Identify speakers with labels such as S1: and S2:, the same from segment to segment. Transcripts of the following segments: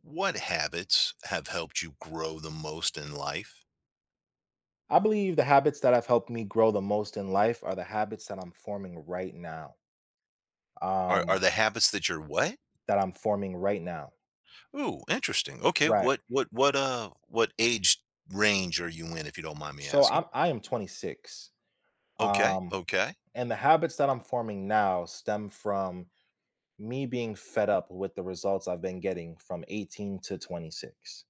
S1: What habits have helped you grow the most in life?
S2: I believe the habits that have helped me grow the most in life are the habits that I'm forming right now.
S1: Are
S2: Um,
S1: the habits that you're what?
S2: that I'm forming right now.
S1: Ooh, interesting. Okay,
S2: Right.
S1: what age range are you in if you don't mind me
S2: So
S1: asking?
S2: I am 26.
S1: Okay,
S2: Um,
S1: okay.
S2: and the habits that I'm forming now stem from me being fed up with the results I've been getting from 18 to 26.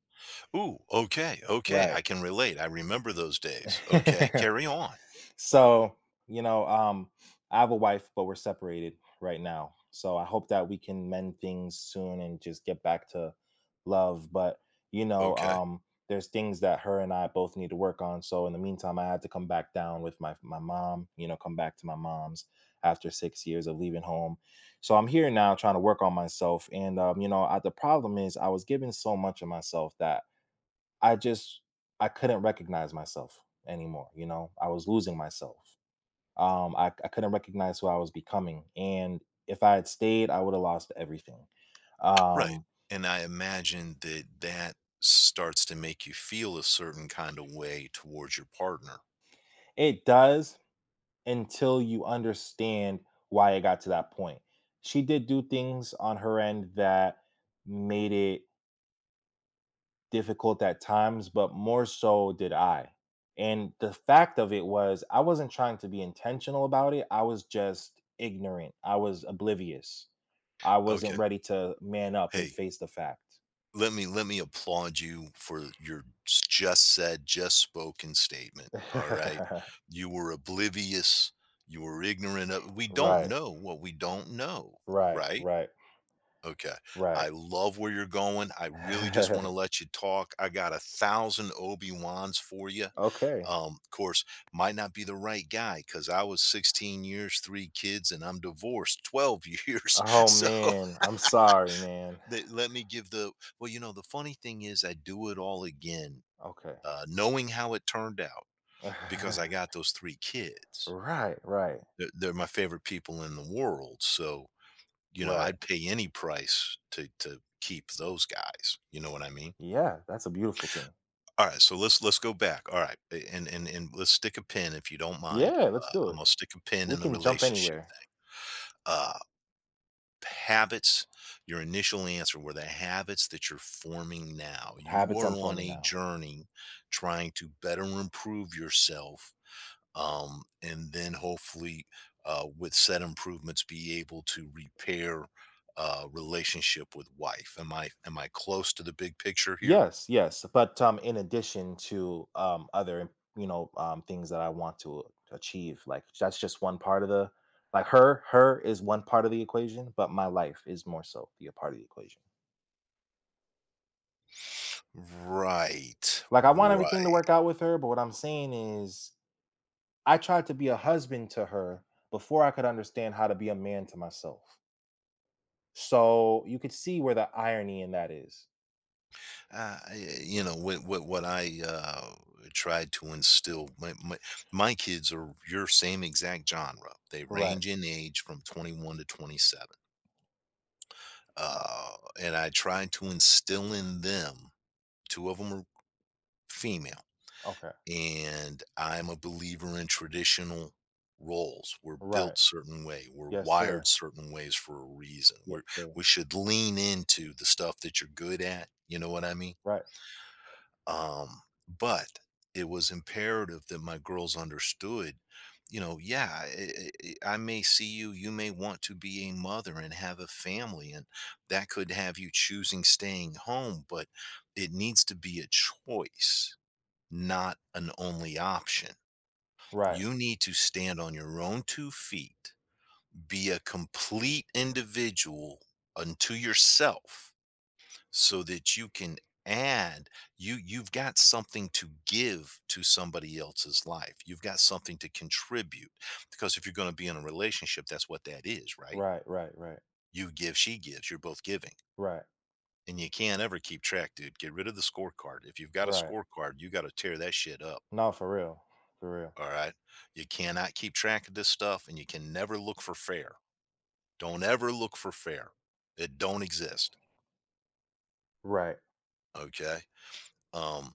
S1: Ooh, okay, okay.
S2: Right.
S1: I can relate. I remember those days. Okay, carry on.
S2: So you know um I have a wife, but we're separated right now, so I hope that we can mend things soon and just get back to love. But you know
S1: Okay.
S2: um there's things that her and I both need to work on. So in the meantime, I had to come back down with my mom, you know, come back to my mom's after 6 years of leaving home. So I'm here now trying to work on myself. And the problem is I was giving so much of myself that I just, I couldn't recognize myself anymore. You know, I was losing myself. I couldn't recognize who I was becoming. And if I had stayed, I would have lost everything.
S1: Right.
S2: Um,
S1: And I imagine that that starts to make you feel a certain kind of way towards your partner.
S2: it does, until you understand why it got to that point. She did do things on her end that made it difficult at times, but more so did I. And the fact of it was, I wasn't trying to be intentional about it. I was just ignorant. I was oblivious. I
S1: Okay.
S2: wasn't ready to man up and
S1: Hey,
S2: face the fact.
S1: let me applaud you for your just said, just spoken statement. All right. You were oblivious. You were ignorant of, we don't
S2: Right,
S1: know what we don't know,
S2: right,
S1: right?
S2: right,
S1: Okay.
S2: right.
S1: I love where you're going. I really just want to let you talk. I got a thousand Obi-Wans for you.
S2: Okay.
S1: Of course, might not be the right guy because I was 16 years, three kids, and I'm divorced 12 years.
S2: Oh,
S1: So
S2: man. I'm sorry, man.
S1: they let me give the, well, the funny thing is I do it all again,
S2: Okay.
S1: knowing how it turned out, because I got those 3 kids.
S2: Right, right,
S1: They're my favorite people in the world, so, you know,
S2: right.
S1: I'd pay any price to keep those guys, you know what I mean?
S2: Yeah, that's a beautiful thing.
S1: Alright, so let's go back, alright, a and let's stick a pin, if you don't mind,
S2: Yeah, let's do
S1: I'm
S2: it.
S1: gonna stick a pin
S2: We
S1: in the
S2: can jump
S1: relationship
S2: anywhere.
S1: thing. Uh Habits. Your initial answer were the habits that you're forming now. You
S2: Habits
S1: are
S2: I'm
S1: on
S2: forming
S1: a
S2: now.
S1: journey trying to better improve yourself, and then hopefully, with said improvements, be able to repair, relationship with wife. Am I close to the big picture here?
S2: Yes, yes, but in addition to other things that I want to achieve. Like that's just one part of the, like her is one part of the equation, but my life is more so the a part of the equation.
S1: Right,
S2: Like I want everything to
S1: right.
S2: work out with her, but what I'm saying is I tried to be a husband to her before I could understand how to be a man to myself. So you could see where the irony in that is.
S1: You know what I, tried to instill my, my kids are your same exact genre. They
S2: Right.
S1: range in age from 21 to 27. Uh, and I tried to instill in them. Two of them are female,
S2: Okay.
S1: and I'm a believer in traditional roles. We're built
S2: Right.
S1: certain way. We're
S2: Yes,
S1: wired
S2: sir.
S1: certain ways for a reason.
S2: Yes, sir.
S1: We should lean into the stuff that you're good at. You know what I mean?
S2: Right.
S1: Um, but it was imperative that my girls understood, you know, yeah, I, I may see you, you may want to be a mother and have a family, and that could have you choosing staying home, but it needs to be a choice, not an only option.
S2: Right.
S1: You need to stand on your own two feet, be a complete individual unto yourself, so that you can add, you've got something to give to somebody else's life, you've got something to contribute. Because if you're going to be in a relationship, that's what that is, right?
S2: Right, right, right,
S1: You give, she gives, you're both giving.
S2: right,
S1: And you can't ever keep track, dude, get rid of the scorecard. If you've got a
S2: right.
S1: scorecard, you got to tear that shit up.
S2: No, for real, for real.
S1: All right you cannot keep track of this stuff, and you can never look for fair. Don't ever look for fair. It don't exist.
S2: Right.
S1: Okay. um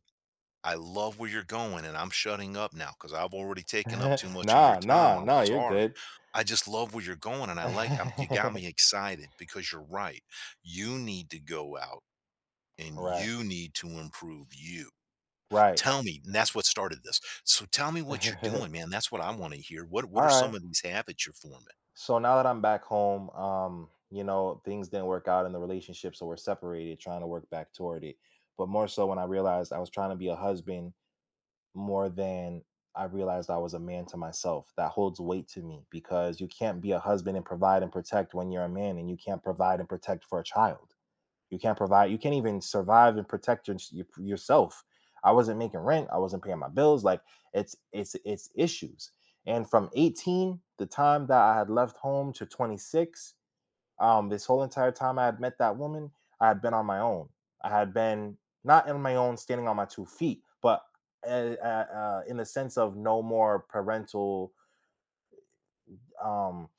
S1: I love where you're going, and I'm shutting up now because I've already taken up too much of your
S2: Nah,
S1: time.
S2: nah,
S1: I'm
S2: nah. You're
S1: sorry.
S2: good.
S1: I just love where you're going, and I like, you got me excited because you're right. You need to go out and
S2: Right,
S1: you need to improve you.
S2: right.
S1: Tell me, and that's what started this. So tell me what you're doing, man. That's what I want to hear. What
S2: All
S1: are
S2: right.
S1: some of these habits you're forming?
S2: So now that I'm back home, you know, things didn't work out in the relationship, so we're separated, trying to work back toward it. But more so when I realized I was trying to be a husband more than I realized I was a man to myself. That holds weight to me, because you can't be a husband and provide and protect when you're a man, and you can't provide and protect for a child. You can't provide. You can't even survive and protect your, yourself. I wasn't making rent. I wasn't paying my bills. Like it's issues. And from 18, the time that I had left home to 26, this whole entire time I had met that woman, I had been on my own. I had been not on my own, standing on my 2 feet, but in the sense of no more parental, um,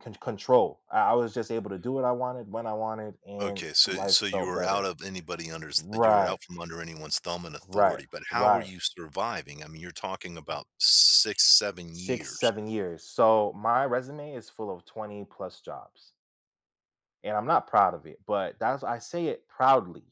S2: control. I was just able to do what I wanted when I wanted, and
S1: Okay, so
S2: life
S1: you
S2: felt
S1: were out
S2: better.
S1: of anybody under you were
S2: Right.
S1: out from under anyone's thumb and
S2: Right,
S1: authority, but how were
S2: right.
S1: you surviving? I mean, you're talking about six, seven
S2: 6,
S1: years.
S2: 7 years. So my resume is full of 20 plus jobs, and I'm not proud of it, but that's, I say it proudly.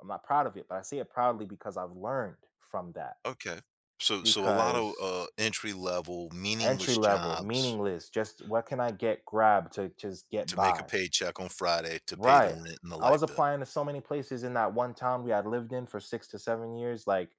S2: I'm not proud of it, but I say it proudly because I've learned from that.
S1: Okay. So a lot of,
S2: Because
S1: entry level,
S2: entry
S1: meaningless
S2: level,
S1: jobs
S2: meaningless, just what can I get, grab to just get
S1: to make a
S2: by.
S1: paycheck on Friday to pay the
S2: Right.
S1: rent and the
S2: I was
S1: light bill.
S2: applying to so many places in that one town we had lived in for 6 to 7 years, like,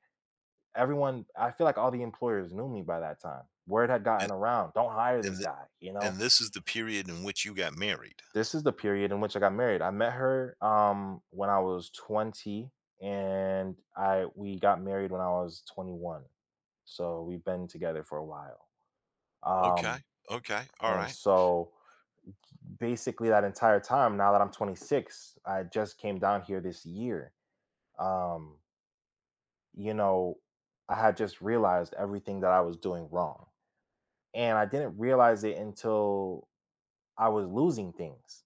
S2: everyone, I feel like all the employers knew me by that time. Word had gotten
S1: And
S2: around, "Don't hire
S1: and
S2: this
S1: th
S2: guy," you know?
S1: and this is the period in which you got married.
S2: This is the period in which I got married. I met her when I was 20, and I we got married when I was 21. So we've been together for a while.
S1: Okay,
S2: Um
S1: okay,
S2: and
S1: alright.
S2: so basically that entire time, now that I'm 26, I just came down here this year. Um you know, I had just realized everything that I was doing wrong. And I didn't realize it until I was losing things.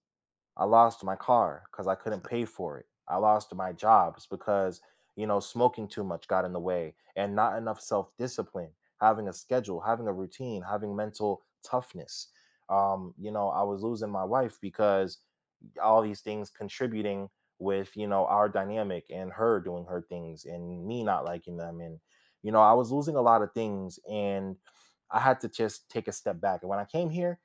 S2: I lost my car because I couldn't pay for it. I lost my jobs because, you know, smoking too much got in the way, and not enough self discipline, having a schedule, having a routine, having mental toughness. You know, I was losing my wife because all these things contributing with, you know, our dynamic and her doing her things and me not liking them. And, you know, I was losing a lot of things, and I had to just take a step back. And when I came here,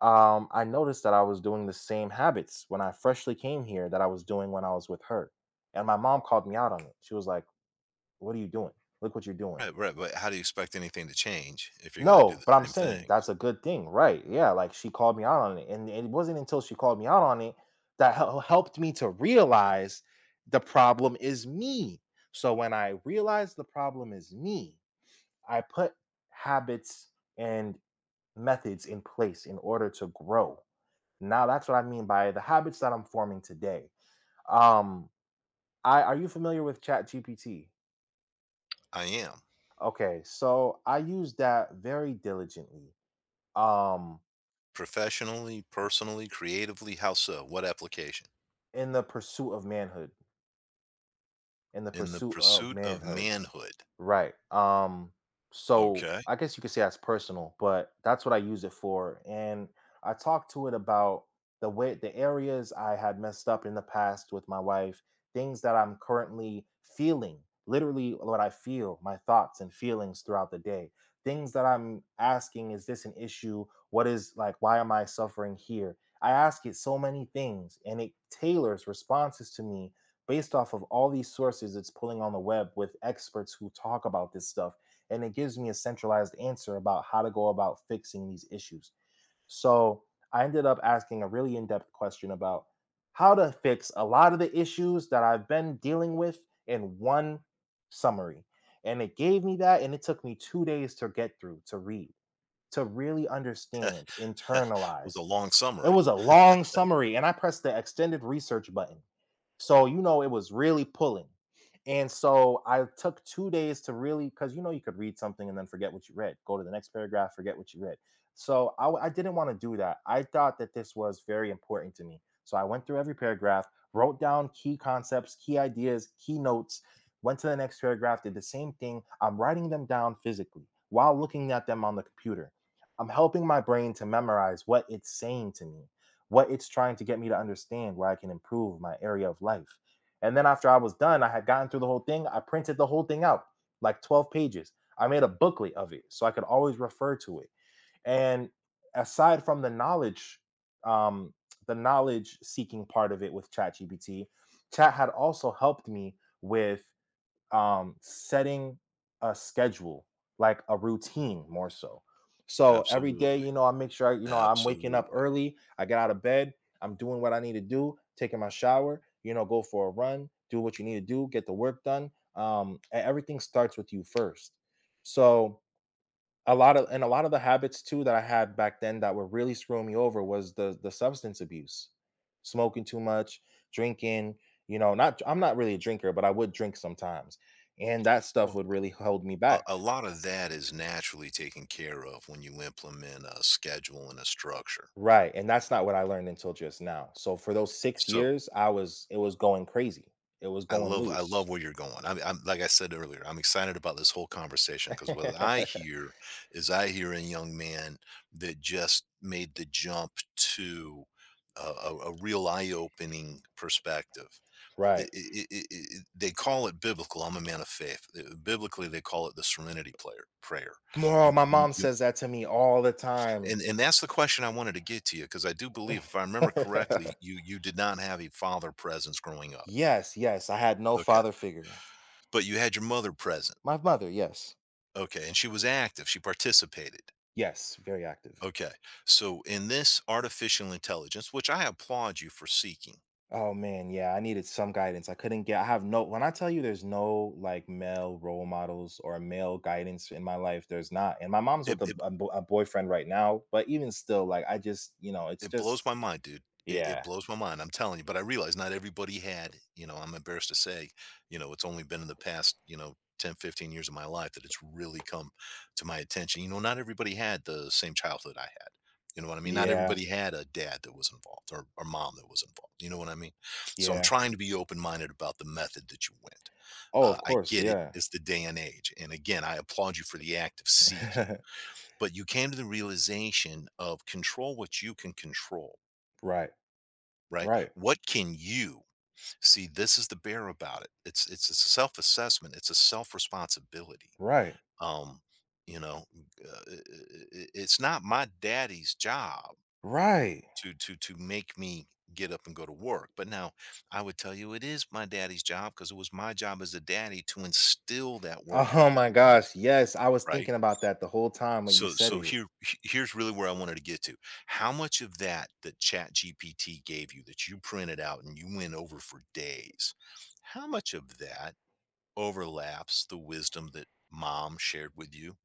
S2: I noticed that I was doing the same habits when I freshly came here that I was doing when I was with her. And my mom called me out on it. She was like, "What are you doing? Look what you're doing."
S1: Right, right, right. But how do you expect anything to change if you're gonna do
S2: No,
S1: the
S2: but I'm
S1: same
S2: saying
S1: things?
S2: that's a good thing, right? Yeah, like she called me out on it. And it wasn't until she called me out on it that helped me to realize the problem is me. So when I realized the problem is me, I put habits and methods in place in order to grow. Now that's what I mean by the habits that I'm forming today. Um, I, are you familiar with Chat GPT?
S1: I am.
S2: Okay, so I use that very diligently um
S1: Professionally, personally, creatively, how so? What application?
S2: in the pursuit of manhood, in the
S1: In the
S2: pursuit of
S1: pursuit of
S2: manhood.
S1: manhood.
S2: Right. So
S1: Okay.
S2: I guess you could say that's personal, but that's what I use it for. And I talked to it about the areas I had messed up in the past with my wife, things that I'm currently feeling, literally what I feel, my thoughts and feelings throughout the day. Things that I'm asking, is this an issue? What is, like, why am I suffering here? I ask it so many things, and it tailors responses to me based off of all these sources it's pulling on the web with experts who talk about this stuff, and it gives me a centralized answer about how to go about fixing these issues. So I ended up asking a really in-depth question about how to fix a lot of the issues that I've been dealing with in one summary. And it gave me that, and it took me 2 days to get through, to read, to really understand,
S1: Was a
S2: internalize.
S1: long
S2: It
S1: summary.
S2: was a long summary, and I pressed the extended research button. So, you know, it was really pulling. And so I took 2 days to really, because you know, you could read something and then forget what you read, go to the next paragraph, forget what you read. So I didn't want to do that. I thought that this was very important to me. So I went through every paragraph, wrote down key concepts, key ideas, key notes, went to the next paragraph, did the same thing. I'm writing them down physically while looking at them on the computer. I'm helping my brain to memorize what it's saying to me, what it's trying to get me to understand where I can improve my area of life. And then after I was done, I had gotten through the whole thing. I printed the whole thing out, like 12 pages. I made a booklet of it so I could always refer to it. And aside from um, the knowledge seeking part of it with ChatGPT, Chat had also helped me with setting a schedule, like a routine more so. So every day,
S1: Absolutely,
S2: you know, I make sure I, you know, I'm waking up
S1: absolutely.
S2: early, I get out of bed, I'm doing what I need to do, taking my shower, you know, go for a run, do what you need to do, get the work done. And everything starts with you first. So a lot of the habits too that I had back then that were really screwing me over was the substance abuse. Smoking too much, drinking, you know, not, I'm not really a drinker, but I would drink sometimes. And that stuff
S1: Well,
S2: would really hold me
S1: a,
S2: back.
S1: lot of that is naturally taken care of when you implement a schedule and a structure.
S2: Right. And that's not what I learned until just now. So for those 6
S1: So
S2: years, I was, it was going crazy. It was going
S1: I
S2: loose.
S1: love where you're going. I'm, like I said earlier, I'm excited about this whole conversation because what I hear is I hear a young man that just made the jump to a, a real eye-opening perspective.
S2: Right.
S1: They call it biblical. I'm a man of faith. Biblically, they call it the Serenity Prayer.
S2: Well, my mom
S1: You,
S2: says that to me all the time.
S1: And that's the question I wanted to get to you, because I do believe, if I remember correctly, you did not have a father presence growing up.
S2: Yes, yes, I had no
S1: Okay.
S2: father figure.
S1: But you had your mother present.
S2: My mother, yes.
S1: Okay, and she was active, she participated.
S2: Yes, very active.
S1: Okay. So, in this artificial intelligence, which I applaud you for seeking,
S2: Oh man, yeah, I needed some guidance. I couldn't get, I have no, when I tell you there's no like male role models or male guidance in my life, there's not. And my mom's
S1: it
S2: with a,
S1: it
S2: a boyfriend right now, but even still, like I just, you know, it's
S1: it blows
S2: just
S1: my mind, dude. It
S2: yeah.
S1: blows my mind, I'm telling you, but I realize not everybody had, you know, I'm embarrassed to say, you know, it's only been in the past, you know, 10, 15 years of my life that it's really come to my attention. You know, not everybody had the same childhood I had. You know what I mean? Not
S2: Yeah.
S1: everybody had a dad that was involved or a mom that was involved. You know what I mean? So I'm
S2: Yeah.
S1: trying to be open minded about the method that you went.
S2: Oh, of
S1: I
S2: course,
S1: get it.
S2: yeah.
S1: It's the day and age. And again, I applaud you for the act of seeking, but you came to the realization of control what you can control,
S2: Right,
S1: right?
S2: right,
S1: What can you see? This is the bear about it, it's a self-assessment, it's a self-responsibility.
S2: right,
S1: um you know it's not my daddy's job
S2: right.
S1: to make me get up and go to work. But now I would tell you it is my daddy's job, because it was my job as a daddy to instill that work
S2: Oh
S1: ethic
S2: my
S1: in you,
S2: gosh, yes. I was
S1: right?
S2: thinking about that the whole time when you
S1: So
S2: said it.
S1: here here's really where I wanted to get to. How much of that that ChatGPT gave you, that you printed out and you went over for days, how much of that overlaps the wisdom that mom shared with you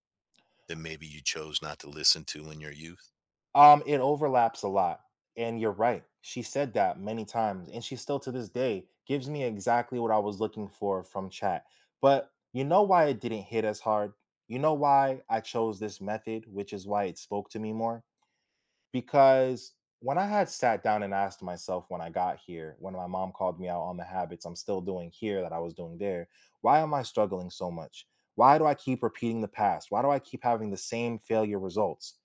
S1: that maybe you chose not to listen to in your youth?
S2: It overlaps a lot, and you're right. She said that many times, and she still to this day gives me exactly what I was looking for from chat. But you know why it didn't hit as hard? You know why I chose this method, which is why it spoke to me more? Because when I had sat down and asked myself when I got here, when my mom called me out on the habits I'm still doing here that I was doing there, why am I struggling so much? Why do I keep repeating the past? Why do I keep having the same failure results?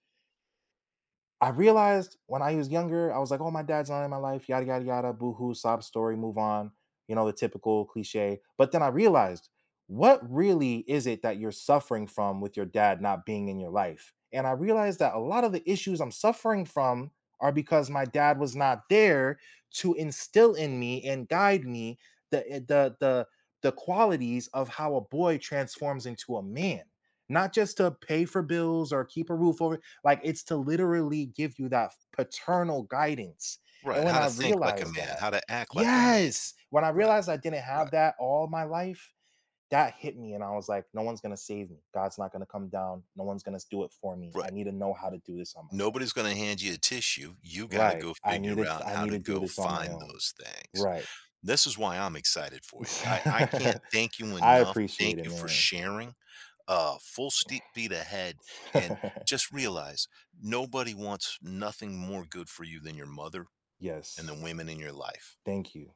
S2: I realized when I was younger, I was like, "Oh, my dad's not in my life." Yada yada yada. Boo hoo. Sob story. Move on. You know, the typical cliche. But then I realized, what really is it that you're suffering from with your dad not being in your life? And I realized that a lot of the issues I'm suffering from are because my dad was not there to instill in me and guide me the eh, the the the qualities of how a boy transforms into a man, not just to pay for bills or keep a roof over. Like it's to literally give you that paternal guidance. And
S1: Right.
S2: when
S1: How
S2: I
S1: to think like a
S2: realized
S1: man,
S2: that,
S1: how to act like a man.
S2: yes, when I
S1: Right,
S2: realized I didn't
S1: right,
S2: have that all my life, that hit me. And I was like, no one's going to save me. God's not going to come down. No one's going to do it for me. I
S1: right.
S2: need to know how to do this on my own.
S1: Nobody's going to hand you a tissue. You got to
S2: Right.
S1: go figure out
S2: I
S1: how
S2: need
S1: to
S2: to do
S1: go
S2: this on my
S1: find
S2: own.
S1: those things.
S2: Right.
S1: This is why I'm excited for you. I can't thank you
S2: I
S1: enough. Thank
S2: appreciate it,
S1: you for
S2: man.
S1: sharing. Full steep feet ahead, and just realize nobody wants nothing more good for you than your mother and the
S2: Yes.
S1: women in your life.
S2: Thank you.